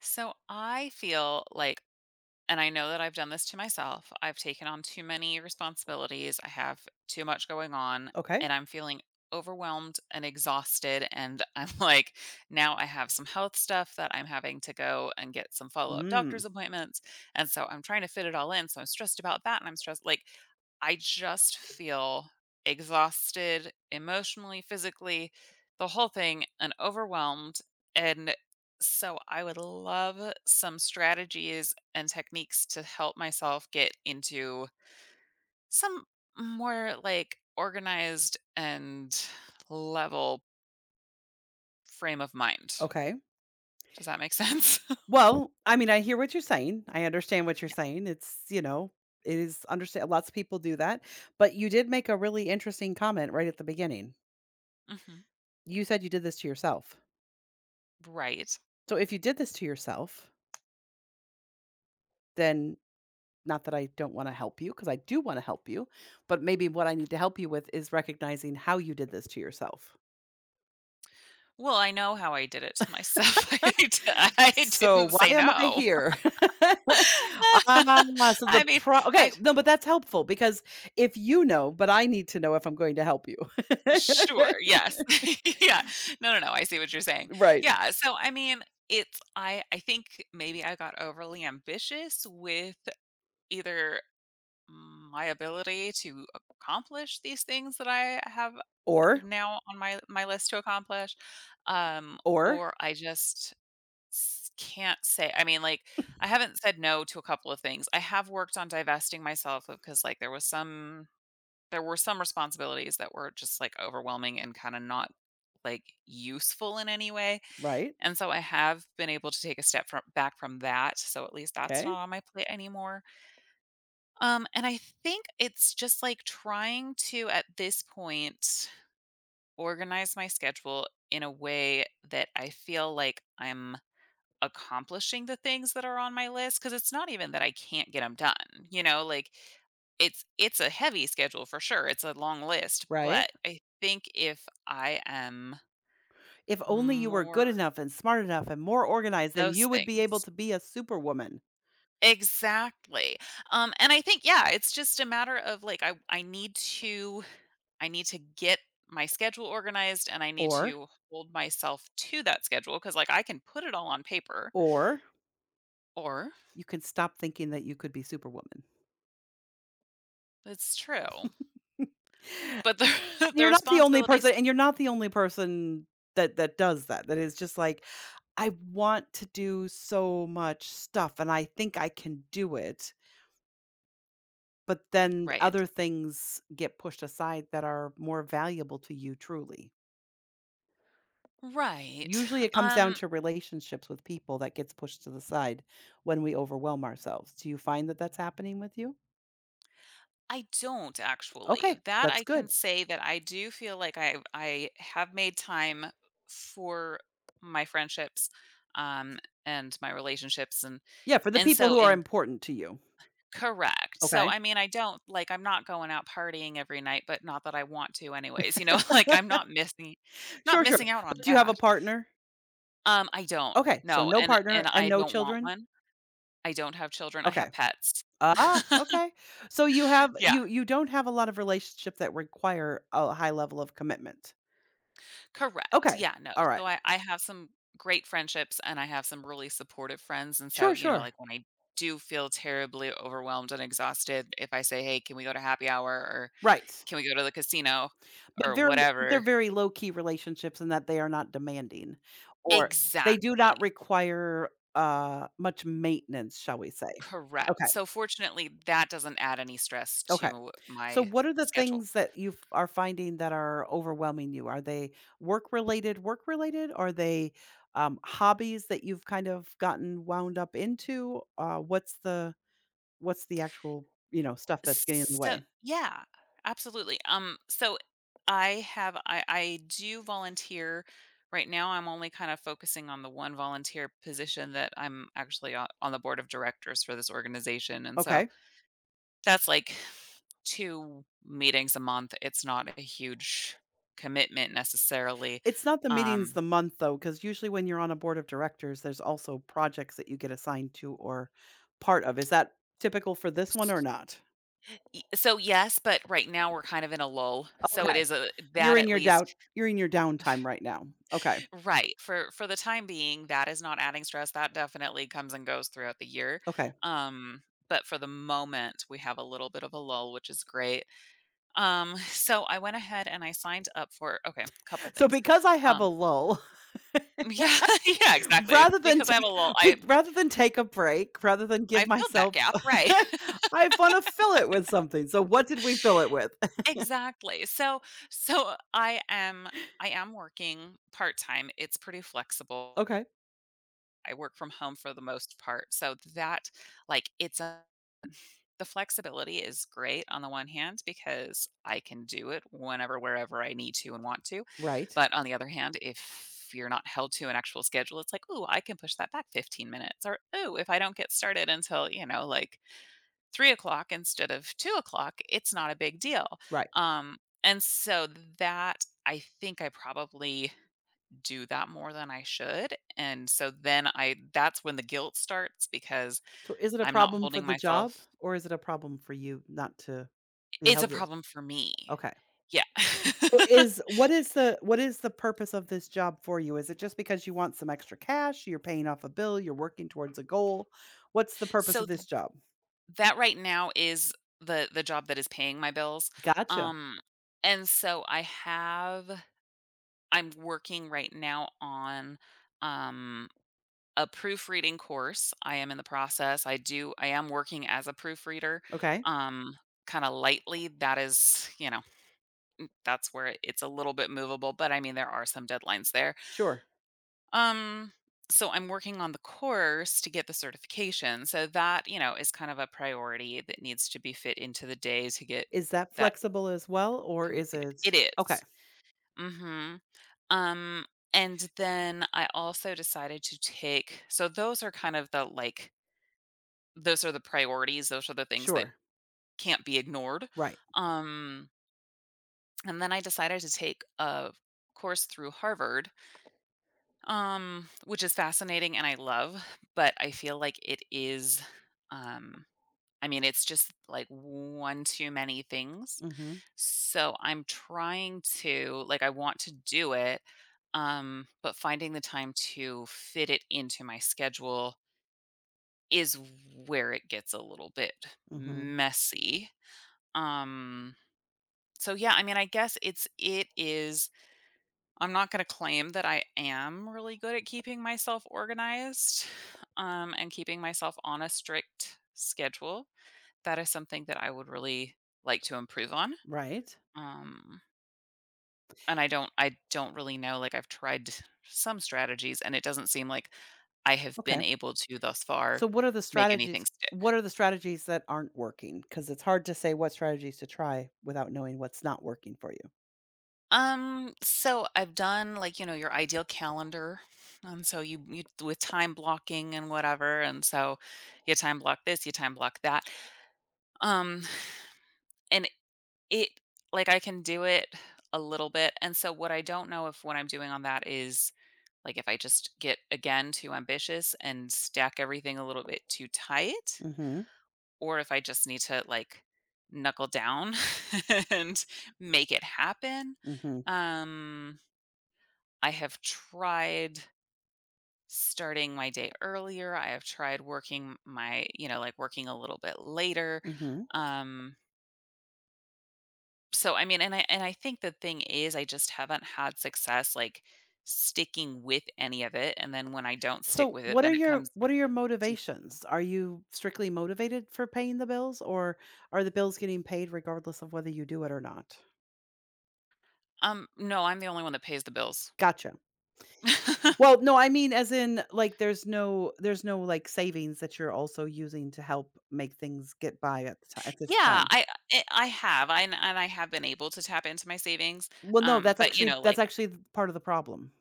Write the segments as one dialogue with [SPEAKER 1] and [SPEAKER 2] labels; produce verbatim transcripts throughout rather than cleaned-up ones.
[SPEAKER 1] So I feel like, and I know that I've done this to myself. I've taken on too many responsibilities. I have too much going on,
[SPEAKER 2] Okay.
[SPEAKER 1] and I'm feeling overwhelmed and exhausted. And I'm like, now I have some health stuff that I'm having to go and get some follow up doctor's
[SPEAKER 2] Mm,
[SPEAKER 1] appointments. And so I'm trying to fit it all in. So I'm stressed about that. And I'm stressed. Like, I just feel exhausted emotionally, physically, the whole thing, and overwhelmed. And so I would love some strategies and techniques to help myself get into some more like organized and level frame of mind.
[SPEAKER 2] okay.
[SPEAKER 1] Does that make sense?
[SPEAKER 2] Well, I mean, I hear what you're saying. I understand what you're saying. It's, you know, it is understand lots of people do that, but you did make a really interesting comment right at the beginning.
[SPEAKER 1] Yeah. Hmm.
[SPEAKER 2] You said you did this to yourself.
[SPEAKER 1] Right.
[SPEAKER 2] So if you did this to yourself, then not that I don't want to help you because I do want to help you, but maybe what I need to help you with is recognizing how you did this to yourself.
[SPEAKER 1] Well, I know how I did it to myself. I, d- I
[SPEAKER 2] So
[SPEAKER 1] didn't
[SPEAKER 2] why
[SPEAKER 1] say
[SPEAKER 2] am I
[SPEAKER 1] no.
[SPEAKER 2] here? Ah, so the
[SPEAKER 1] I mean,
[SPEAKER 2] pro
[SPEAKER 1] I
[SPEAKER 2] okay, no, but that's helpful because if you know, but I need to know if I'm going to help you.
[SPEAKER 1] sure, yes. Yeah. No, no, no. I see what you're saying.
[SPEAKER 2] Right.
[SPEAKER 1] Yeah, so I mean, it's I I think maybe I got overly ambitious with either mm, my ability to accomplish these things that I have
[SPEAKER 2] Or
[SPEAKER 1] now on my my list to accomplish, um,
[SPEAKER 2] or
[SPEAKER 1] or I just s- can't say. I mean, like I haven't said no to a couple of things. I have worked on divesting myself of, because like there was some, there were some responsibilities that were just like overwhelming and kind of not like useful in any way.
[SPEAKER 2] right,
[SPEAKER 1] And so I have been able to take a step from, back from that. So at least that's
[SPEAKER 2] okay,
[SPEAKER 1] not on my plate anymore. Um, and I think it's just like trying to, at this point, organize my schedule in a way that I feel like I'm accomplishing the things that are on my list, because it's not even that I can't get them done. You know, like it's it's a heavy schedule for sure. It's a long list,
[SPEAKER 2] right.
[SPEAKER 1] but I think if I am
[SPEAKER 2] If only you were good
[SPEAKER 1] more
[SPEAKER 2] enough and smart enough and more organized, then
[SPEAKER 1] those
[SPEAKER 2] you would be able
[SPEAKER 1] things.
[SPEAKER 2] to be a superwoman.
[SPEAKER 1] Exactly. Um and I think, yeah, it's just a matter of like I I need to, I need to get my schedule organized, and I need
[SPEAKER 2] Or
[SPEAKER 1] to hold myself to that schedule because, like, I can put it all on paper,
[SPEAKER 2] or
[SPEAKER 1] or
[SPEAKER 2] you can stop thinking that you could be superwoman.
[SPEAKER 1] it's true. But the
[SPEAKER 2] And
[SPEAKER 1] the
[SPEAKER 2] you're not the only
[SPEAKER 1] responsibilities,
[SPEAKER 2] person and you're not the only person that that does that. That is just like, I want to do so much stuff, and I think I can do it, but then
[SPEAKER 1] right,
[SPEAKER 2] other things get pushed aside that are more valuable to you truly.
[SPEAKER 1] right.
[SPEAKER 2] Usually it comes down
[SPEAKER 1] Um,
[SPEAKER 2] to relationships with people that gets pushed to the side when we overwhelm ourselves. Do you find that that's happening with you?
[SPEAKER 1] I don't actually.
[SPEAKER 2] Okay,
[SPEAKER 1] That
[SPEAKER 2] that's
[SPEAKER 1] I can
[SPEAKER 2] good.
[SPEAKER 1] say that I do feel like I I have made time for my friendships, um, and my relationships, and
[SPEAKER 2] Yeah, for the
[SPEAKER 1] and
[SPEAKER 2] people
[SPEAKER 1] so
[SPEAKER 2] who are
[SPEAKER 1] in
[SPEAKER 2] important to you.
[SPEAKER 1] correct. So,
[SPEAKER 2] Okay.
[SPEAKER 1] I mean, I don't like, I'm not going out partying every night, but not that I want to anyways, you know, like I'm not missing not
[SPEAKER 2] Sure, sure.
[SPEAKER 1] missing out
[SPEAKER 2] But
[SPEAKER 1] on
[SPEAKER 2] do you have a
[SPEAKER 1] that.
[SPEAKER 2] partner?
[SPEAKER 1] Um, I don't.
[SPEAKER 2] Okay, so
[SPEAKER 1] No,
[SPEAKER 2] no
[SPEAKER 1] and and
[SPEAKER 2] partner and
[SPEAKER 1] I
[SPEAKER 2] no
[SPEAKER 1] don't want
[SPEAKER 2] children?
[SPEAKER 1] one. I don't have children. I
[SPEAKER 2] Okay.
[SPEAKER 1] have pets.
[SPEAKER 2] Ah, okay. So you have
[SPEAKER 1] Yeah.
[SPEAKER 2] you you don't have a lot of relationships that require a high level of commitment.
[SPEAKER 1] Correct.
[SPEAKER 2] Okay.
[SPEAKER 1] Yeah, no.
[SPEAKER 2] All right.
[SPEAKER 1] So I I have some great friendships and I have some really supportive friends, and so,
[SPEAKER 2] Sure,
[SPEAKER 1] you know,
[SPEAKER 2] sure.
[SPEAKER 1] like when I do feel terribly overwhelmed and exhausted, if I say, "Hey, can we go to happy hour?" or
[SPEAKER 2] Right.
[SPEAKER 1] "Can we go to the casino?"
[SPEAKER 2] But
[SPEAKER 1] or
[SPEAKER 2] very but they're
[SPEAKER 1] whatever.
[SPEAKER 2] very low key relationships in that they are not demanding or they do
[SPEAKER 1] Exactly.
[SPEAKER 2] not require uh much maintenance, shall we say.
[SPEAKER 1] Correct.
[SPEAKER 2] Okay.
[SPEAKER 1] So, fortunately, that doesn't add any stress
[SPEAKER 2] Okay.
[SPEAKER 1] to
[SPEAKER 2] So
[SPEAKER 1] my
[SPEAKER 2] what are the
[SPEAKER 1] schedule.
[SPEAKER 2] things that you f- are finding that are overwhelming you? Are they work related, work related? Are they um, hobbies that you've kind of gotten wound up into? Uh, what's the what's the actual you know stuff that's getting in the
[SPEAKER 1] So
[SPEAKER 2] way?
[SPEAKER 1] yeah, absolutely. Um, so I have I I do volunteer. Right now, I'm only kind of focusing on the one volunteer position that I'm actually on, on the board of directors for this organization, and so
[SPEAKER 2] Okay.
[SPEAKER 1] that's like two meetings a month. It's not a huge commitment necessarily.
[SPEAKER 2] It's not the meetings
[SPEAKER 1] Um,
[SPEAKER 2] the month though, because usually when you're on a board of directors, there's also projects that you get assigned to or part of. Is that typical for this one or not?
[SPEAKER 1] Y so, yes, but right now we're kind of in a lull, so it
[SPEAKER 2] Okay.
[SPEAKER 1] is a
[SPEAKER 2] You're
[SPEAKER 1] that
[SPEAKER 2] in
[SPEAKER 1] at
[SPEAKER 2] your doubt.
[SPEAKER 1] least
[SPEAKER 2] You're in your downtime right now. Okay.
[SPEAKER 1] right, for for the time being, that is not adding stress. That definitely comes and goes throughout the year,
[SPEAKER 2] Okay.
[SPEAKER 1] um, but for the moment, we have a little bit of a lull, which is great, um, so I went ahead and I signed up for okay, couple
[SPEAKER 2] So
[SPEAKER 1] things,
[SPEAKER 2] because I have a
[SPEAKER 1] um
[SPEAKER 2] lull,
[SPEAKER 1] Yeah, yeah, exactly,
[SPEAKER 2] rather than
[SPEAKER 1] because I have a
[SPEAKER 2] take
[SPEAKER 1] lull, I
[SPEAKER 2] be rather than take a break, rather than give
[SPEAKER 1] I filled that
[SPEAKER 2] myself
[SPEAKER 1] gap, right.
[SPEAKER 2] I wanna fill it with something. So what did we fill it with?
[SPEAKER 1] Exactly, so so I am I am working part-time. It's pretty flexible.
[SPEAKER 2] Okay.
[SPEAKER 1] I work from home for the most part. So that like it's a the flexibility is great on the one hand because I can do it whenever, wherever I need to and want to.
[SPEAKER 2] Right.
[SPEAKER 1] But on the other hand, if you're not held to an actual schedule, it's like, oh, I can push that back fifteen minutes. Or, oh, if I don't get started until, you know, like three o'clock instead of two o'clock, it's not a big deal.
[SPEAKER 2] Right.
[SPEAKER 1] Um, and so that I think I probably do that more than I should, and so then I that's when the guilt starts because
[SPEAKER 2] So is it a
[SPEAKER 1] I'm not
[SPEAKER 2] problem for
[SPEAKER 1] holding
[SPEAKER 2] the job
[SPEAKER 1] myself.
[SPEAKER 2] or is it a problem for you not to be
[SPEAKER 1] It's
[SPEAKER 2] held
[SPEAKER 1] a
[SPEAKER 2] to
[SPEAKER 1] problem for me.
[SPEAKER 2] okay.
[SPEAKER 1] Yeah.
[SPEAKER 2] So is what is the what is the purpose of this job for you? Is it just because you want some extra cash, you're paying off a bill, you're working towards a goal? What's the purpose
[SPEAKER 1] So,
[SPEAKER 2] of this
[SPEAKER 1] th
[SPEAKER 2] job?
[SPEAKER 1] that right now is the the job that is paying my bills,
[SPEAKER 2] Gotcha.
[SPEAKER 1] um, and so I have I'm working right now on, um, a proofreading course. I am in the process. I do I am working as a proofreader,
[SPEAKER 2] Okay.
[SPEAKER 1] um, kinda lightly. That is, you know, that's where it's a little bit movable, but I mean, there are some deadlines there.
[SPEAKER 2] Sure.
[SPEAKER 1] Um, so I'm working on the course to get the certification. So that, you know, is kind of a priority that needs to be fit into the day to get
[SPEAKER 2] Is that
[SPEAKER 1] that
[SPEAKER 2] flexible as well, or is
[SPEAKER 1] completed.
[SPEAKER 2] it
[SPEAKER 1] It
[SPEAKER 2] okay,
[SPEAKER 1] is. Mm-hmm. Um, and then I also decided to take, so those are kind of the like, those are the priorities. Those are the things that
[SPEAKER 2] sure,
[SPEAKER 1] can't be ignored.
[SPEAKER 2] right.
[SPEAKER 1] Um, and then I decided to take a course through Harvard, um which is fascinating, and I love, but I feel like it is, um I mean it's just like one too many things,
[SPEAKER 2] Mhm,
[SPEAKER 1] so I'm trying to like I want to do it, um but finding the time to fit it into my schedule is where it gets a little bit
[SPEAKER 2] mhm,
[SPEAKER 1] messy. um so yeah, I mean I guess it's it is, I'm not going to claim that I am really good at keeping myself organized, um, and keeping myself on a strict schedule. That is something that I would really like to improve on.
[SPEAKER 2] right,
[SPEAKER 1] Um, and I don't, I don't really know. Like I've tried some strategies, and it doesn't seem like I have
[SPEAKER 2] okay.
[SPEAKER 1] been able to thus
[SPEAKER 2] So
[SPEAKER 1] far
[SPEAKER 2] what are the
[SPEAKER 1] make anything
[SPEAKER 2] strategies
[SPEAKER 1] stick.
[SPEAKER 2] what are the strategies that aren't working? Working? Because it's hard to say what strategies to try without knowing what's not working for you.
[SPEAKER 1] Um, so I've done like, you know, your ideal calendar, and so you, you with time blocking and whatever, and so you time block this, you time block that. Um, and it like I can do it a little bit. And so what I don't know, if what I'm doing on that is like if I just get again too ambitious and stack everything a little bit too tight,
[SPEAKER 2] Mhm,
[SPEAKER 1] or if I just need to like knuckle down and make it happen.
[SPEAKER 2] mhm,
[SPEAKER 1] Um, I have tried starting my day earlier. I have tried working my, you know, like working a little bit later.
[SPEAKER 2] mhm.
[SPEAKER 1] Um, So, I mean, and I and I think the thing is I just haven't had success, like, sticking with any of it, and then when I don't stick
[SPEAKER 2] So
[SPEAKER 1] with it,
[SPEAKER 2] what are
[SPEAKER 1] then it
[SPEAKER 2] your
[SPEAKER 1] comes
[SPEAKER 2] what are your
[SPEAKER 1] to.
[SPEAKER 2] motivations? Are you strictly motivated for paying the bills, or are the bills getting paid regardless of whether you do it or not?
[SPEAKER 1] Um, no, I'm the only one that pays the bills.
[SPEAKER 2] Gotcha. Well, no, I mean as in like there's no there's no like savings that you're also using to help make things get by at the time. At this
[SPEAKER 1] Yeah,
[SPEAKER 2] time.
[SPEAKER 1] I I I have, I, and and I have been able to tap into my savings,
[SPEAKER 2] Well, no,
[SPEAKER 1] um,
[SPEAKER 2] that's
[SPEAKER 1] but, you
[SPEAKER 2] actually
[SPEAKER 1] know,
[SPEAKER 2] that's
[SPEAKER 1] like
[SPEAKER 2] actually th part of the problem.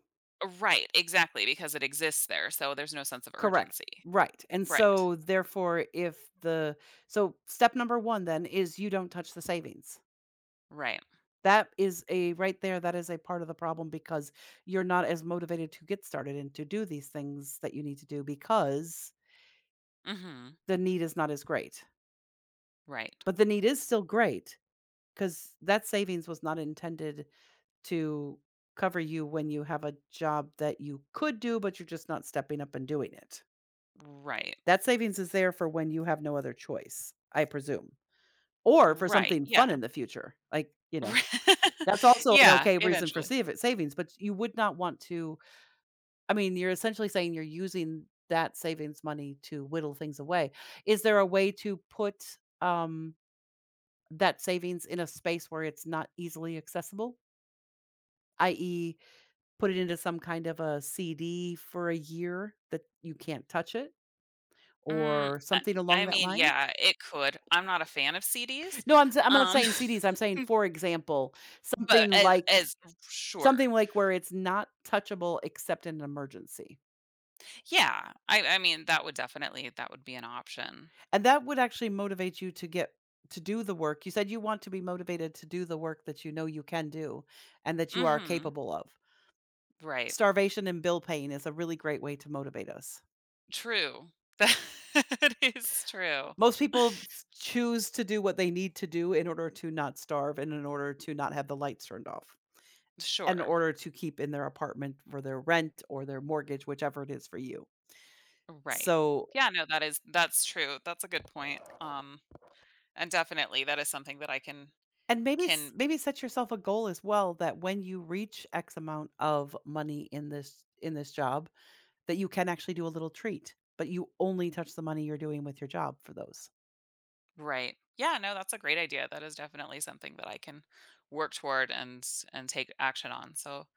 [SPEAKER 1] right, exactly, because it exists there, so there's no sense of
[SPEAKER 2] Correct.
[SPEAKER 1] urgency.
[SPEAKER 2] Right. And
[SPEAKER 1] Right.
[SPEAKER 2] so therefore if the so step number one then is you don't touch the savings.
[SPEAKER 1] Right.
[SPEAKER 2] That is a right there, that is a part of the problem because you're not as motivated to get started and to do these things that you need to do because
[SPEAKER 1] Mhm.
[SPEAKER 2] the need is not as great.
[SPEAKER 1] Right.
[SPEAKER 2] But the need is still great. 'Cause that savings was not intended to cover you when you have a job that you could do, but you're just not stepping up and doing it.
[SPEAKER 1] Right.
[SPEAKER 2] That savings is there for when you have no other choice, I presume, or for
[SPEAKER 1] Right,
[SPEAKER 2] something fun
[SPEAKER 1] yeah.
[SPEAKER 2] in the future, like, you know, that's also an
[SPEAKER 1] Yeah,
[SPEAKER 2] okay reason for
[SPEAKER 1] eventually.
[SPEAKER 2] save savings, but you would not want to I mean, you're essentially saying you're using that savings money to whittle things away. Is there a way to put, um, that savings in a space where it's not easily accessible? i e put it into some kind of a C D for a year that you can't touch it
[SPEAKER 1] Mm,
[SPEAKER 2] or
[SPEAKER 1] I
[SPEAKER 2] something along
[SPEAKER 1] I
[SPEAKER 2] that
[SPEAKER 1] mean,
[SPEAKER 2] line?
[SPEAKER 1] yeah, it could. I'm not a fan of C Ds,
[SPEAKER 2] No, I'm s I'm not
[SPEAKER 1] um,
[SPEAKER 2] saying C Ds, I'm saying, for example,
[SPEAKER 1] but
[SPEAKER 2] something
[SPEAKER 1] as
[SPEAKER 2] like
[SPEAKER 1] as sure.
[SPEAKER 2] something like where it's not touchable except in an emergency.
[SPEAKER 1] Yeah, I I mean, that would definitely that would be an option.
[SPEAKER 2] And that would actually motivate you to get to do the work. You said you want to be motivated to do the work that you know you can do and that you are
[SPEAKER 1] Mhm,
[SPEAKER 2] capable of.
[SPEAKER 1] right.
[SPEAKER 2] Starvation and bill paying is a really great way to motivate us.
[SPEAKER 1] True. That is true.
[SPEAKER 2] Most people f choose to do what they need to do in order to not starve and in order to not have the lights turned off, and in
[SPEAKER 1] Sure,
[SPEAKER 2] order to keep in their apartment for their rent or their mortgage, whichever it is for you.
[SPEAKER 1] right.
[SPEAKER 2] So
[SPEAKER 1] Yeah, no, that is that's true. That's a good point, um, and definitely that is something that I can
[SPEAKER 2] and maybe s
[SPEAKER 1] can
[SPEAKER 2] maybe set yourself a goal as well that when you reach X amount of money in this in this job, that you can actually do a little treat, but you only touch the money you're doing with your job for those.
[SPEAKER 1] right. Yeah, no, that's a great idea. That is definitely something that I can work toward and and take action on. So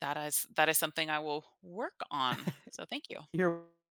[SPEAKER 1] that is that is something I will work on. So thank you.
[SPEAKER 2] You're